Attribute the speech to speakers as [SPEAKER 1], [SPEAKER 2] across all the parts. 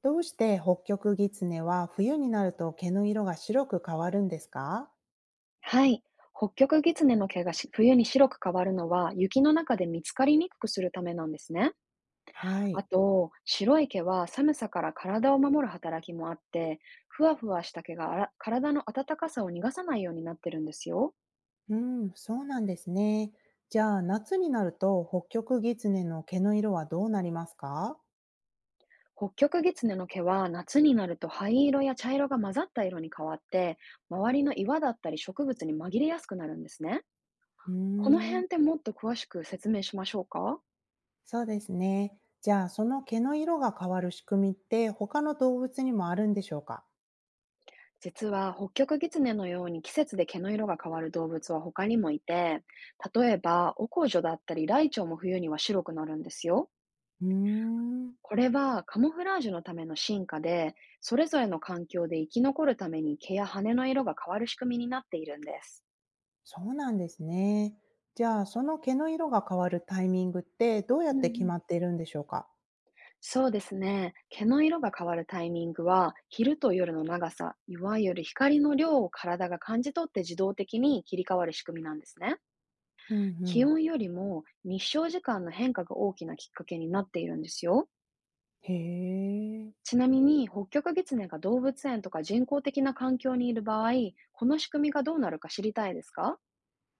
[SPEAKER 1] どうして北極狐は冬になると毛の色が白く変わるんですか？
[SPEAKER 2] はい。北極狐の毛が冬に白く変わるのは、雪の中で見つかりにくくするためなんですね。
[SPEAKER 1] は
[SPEAKER 2] あ
[SPEAKER 1] い。
[SPEAKER 2] と、白い毛は寒さから体を守る働きもあって、ふわふわした毛が体の暖かさを逃がさないようになってるんですよ。
[SPEAKER 1] うん、そうなんですね。じゃあ夏になると北極狐の毛の色はどうなりますか？
[SPEAKER 2] 北極狐の毛は夏になると灰色や茶色が混ざった色に変わって、周りの岩だったり植物に紛れやすくなるんですね。
[SPEAKER 1] うー
[SPEAKER 2] この
[SPEAKER 1] ん、
[SPEAKER 2] 辺ってもっと詳しく説明しましょうか？
[SPEAKER 1] そうですね。じゃあその毛の色が変わる仕組みって他の動物にもあるんでしょうか？
[SPEAKER 2] 実は北極狐のように季節で毛の色が変わる動物は他にもいて、例えばオコジョだったりライチョウも冬には白くなるんですよ。
[SPEAKER 1] うーん、
[SPEAKER 2] これはカモフラージュのための進化で、それぞれの環境で生き残るために毛や羽の色が変わる仕組みになっているんです。
[SPEAKER 1] そうなんですね。じゃあその毛の色が変わるタイミングってどうや
[SPEAKER 2] う
[SPEAKER 1] っ
[SPEAKER 2] んう
[SPEAKER 1] て決
[SPEAKER 2] ん、
[SPEAKER 1] まっているんでしょうか？
[SPEAKER 2] そうですね。毛の色が変わるタイミングは、昼と夜の長さ、いわゆる光の量を体が感じ取って自動的に切り替わる仕組みなんですね。
[SPEAKER 1] うんう
[SPEAKER 2] 気
[SPEAKER 1] ん。
[SPEAKER 2] 温よりも日照時間の変化が大きなきっかけになっているんですよ。
[SPEAKER 1] へえ。
[SPEAKER 2] ちなみに、北極狐が動物園とか人工的な環境にいる場合、この仕組みがどうなるか知りたいですか？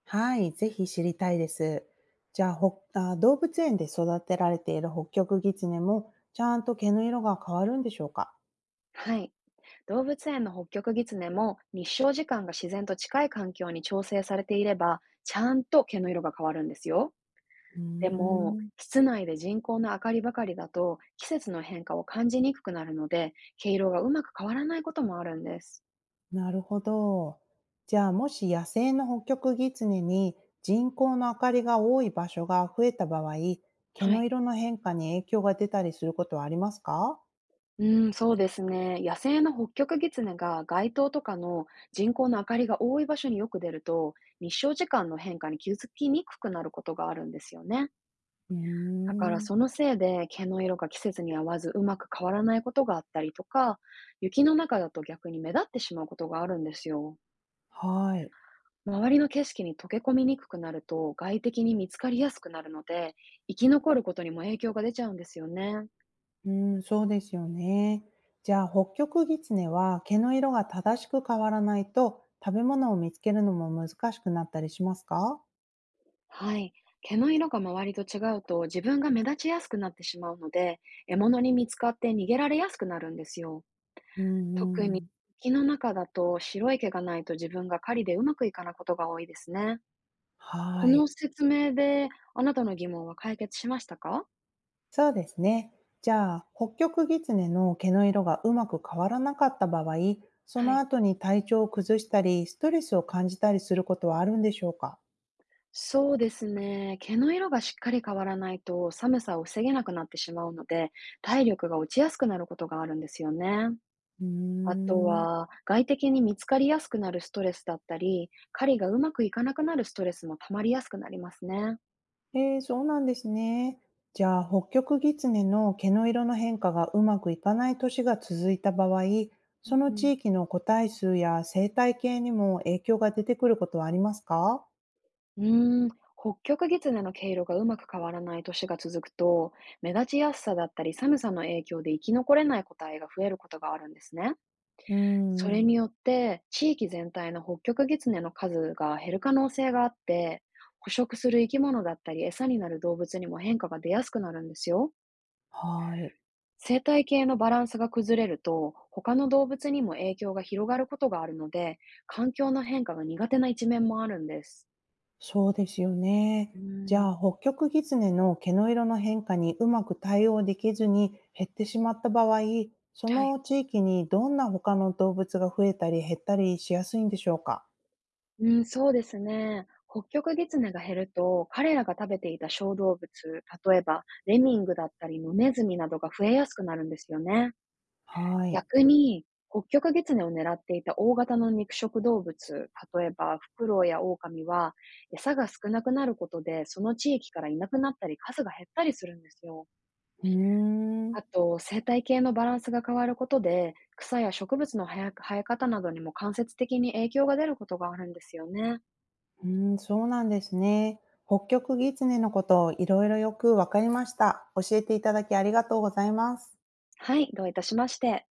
[SPEAKER 1] はい、ぜひ知りたいです。じゃあ、ほあ動物園で育てられているホッキョクギツネも、ちゃんと毛の色が変わるんでしょうか？
[SPEAKER 2] はい。動物園の北極狐も日照時間が自然と近い環境に調整されていれば、ちゃんと毛の色が変わるんですよ。
[SPEAKER 1] うー
[SPEAKER 2] でも、
[SPEAKER 1] ん、
[SPEAKER 2] 室内で人工の明かりばかりだと季節の変化を感じにくくなるので、毛色がうまく変わらないこともあるんです。
[SPEAKER 1] なるほど。じゃあ、もし野生のホッキョクギツネに人工の明かりが多い場所が増えた場合、毛
[SPEAKER 2] は
[SPEAKER 1] の
[SPEAKER 2] い。
[SPEAKER 1] 色の変化に影響が出たりすることはありますか？
[SPEAKER 2] うん、そうですね。野生のホッキョクギツネが街灯とかの人工の明かりが多い場所によく出ると、日照時間の変化に気づきにくくなることがあるんですよね。
[SPEAKER 1] うー
[SPEAKER 2] だから
[SPEAKER 1] ん、
[SPEAKER 2] そのせいで毛の色が季節に合わずうまく変わらないことがあったりとか、雪の中だと逆に目立ってしまうことがあるんですよ。
[SPEAKER 1] はい。
[SPEAKER 2] 周りの景色に溶け込みにくくなると外敵に見つかりやすくなるので、生き残ることにも影響が出ちゃうんですよね。
[SPEAKER 1] うーん、そうですよね。じゃあ、北極狐は毛の色が正しく変わらないと、食べ物を見つけるのも難しくなったりしますか？
[SPEAKER 2] はい。毛の色が周りと違うと自分が目立ちやすくなってしまうので、獲物に見つかって逃げられやすくなるんですよ。
[SPEAKER 1] う
[SPEAKER 2] 特
[SPEAKER 1] んう
[SPEAKER 2] に
[SPEAKER 1] ん。
[SPEAKER 2] 木の中だと白い毛がないと自分が狩りでうまくいかないことが多いですね。こ
[SPEAKER 1] は
[SPEAKER 2] の
[SPEAKER 1] い。
[SPEAKER 2] 説明であなたの疑問は解決しましたか？
[SPEAKER 1] そうですね。じゃあ、北極狐の毛の色がうまく変わらなかった場合、そ
[SPEAKER 2] は
[SPEAKER 1] の
[SPEAKER 2] い。
[SPEAKER 1] 後に体調を崩したり、ストレスを感じたりすることはあるんでしょうか？
[SPEAKER 2] そうですね。毛の色がしっかり変わらないと寒さを防げなくなってしまうので、体力が落ちやすくなることがあるんですよね。
[SPEAKER 1] うー
[SPEAKER 2] あと
[SPEAKER 1] ん。
[SPEAKER 2] は、外的に見つかりやすくなるストレスだったり、狩りがうまくいかなくなるストレスも溜まりやすくなりますね。
[SPEAKER 1] ええ、そうなんですね。じゃあ、北極狐の毛の色の変化がうまくいかない年が続いた場合、
[SPEAKER 2] う
[SPEAKER 1] その
[SPEAKER 2] ん
[SPEAKER 1] 地域の個体数や生態系にも影響が出てくることはありますか？
[SPEAKER 2] うん、うーん、北極狐の毛色がうまく変わらない年が続くと、目立ちやすさだったり寒さの影響で生き残れない個体が増えることがあるんですね。
[SPEAKER 1] うー
[SPEAKER 2] それ
[SPEAKER 1] ん、
[SPEAKER 2] によって、地域全体の北極狐の数が減る可能性があって、捕食する生き物だったり餌になる動物にも変化が出やすくなるんですよ。
[SPEAKER 1] はい。
[SPEAKER 2] 生態系のバランスが崩れると、他の動物にも影響が広がることがあるので、環境の変化が苦手な一面もあるんです。
[SPEAKER 1] そうですよ
[SPEAKER 2] う
[SPEAKER 1] ね。
[SPEAKER 2] ー
[SPEAKER 1] じ
[SPEAKER 2] ん、
[SPEAKER 1] ゃあ、北極狐の毛の色の変化にうまく対応できずに減ってしまった場合、そ
[SPEAKER 2] はい。
[SPEAKER 1] の地域にどんな他の動物が増えたり減ったりしやすいんでしょうか？
[SPEAKER 2] うん、そうですね。北極狐が減ると、彼らが食べていた小動物、例えばレミングだったり野ネズミなどが増えやすくなるんですよね。
[SPEAKER 1] はい。
[SPEAKER 2] 逆に、ホ極狐を狙っていた大型の肉食動物、例えばフクロウやオオカミは、餌が少なくなることで、その地域からいなくなったり、数が減ったりするんですよ。
[SPEAKER 1] うーん。
[SPEAKER 2] あと、生態系のバランスが変わることで、草や植物の生え方などにも間接的に影響が出ることがあるんですよね。
[SPEAKER 1] うん、そうなんですね。北極狐のことをいろいろよくわかりました。教えていただきありがとうございます。
[SPEAKER 2] はい、どういたしまして。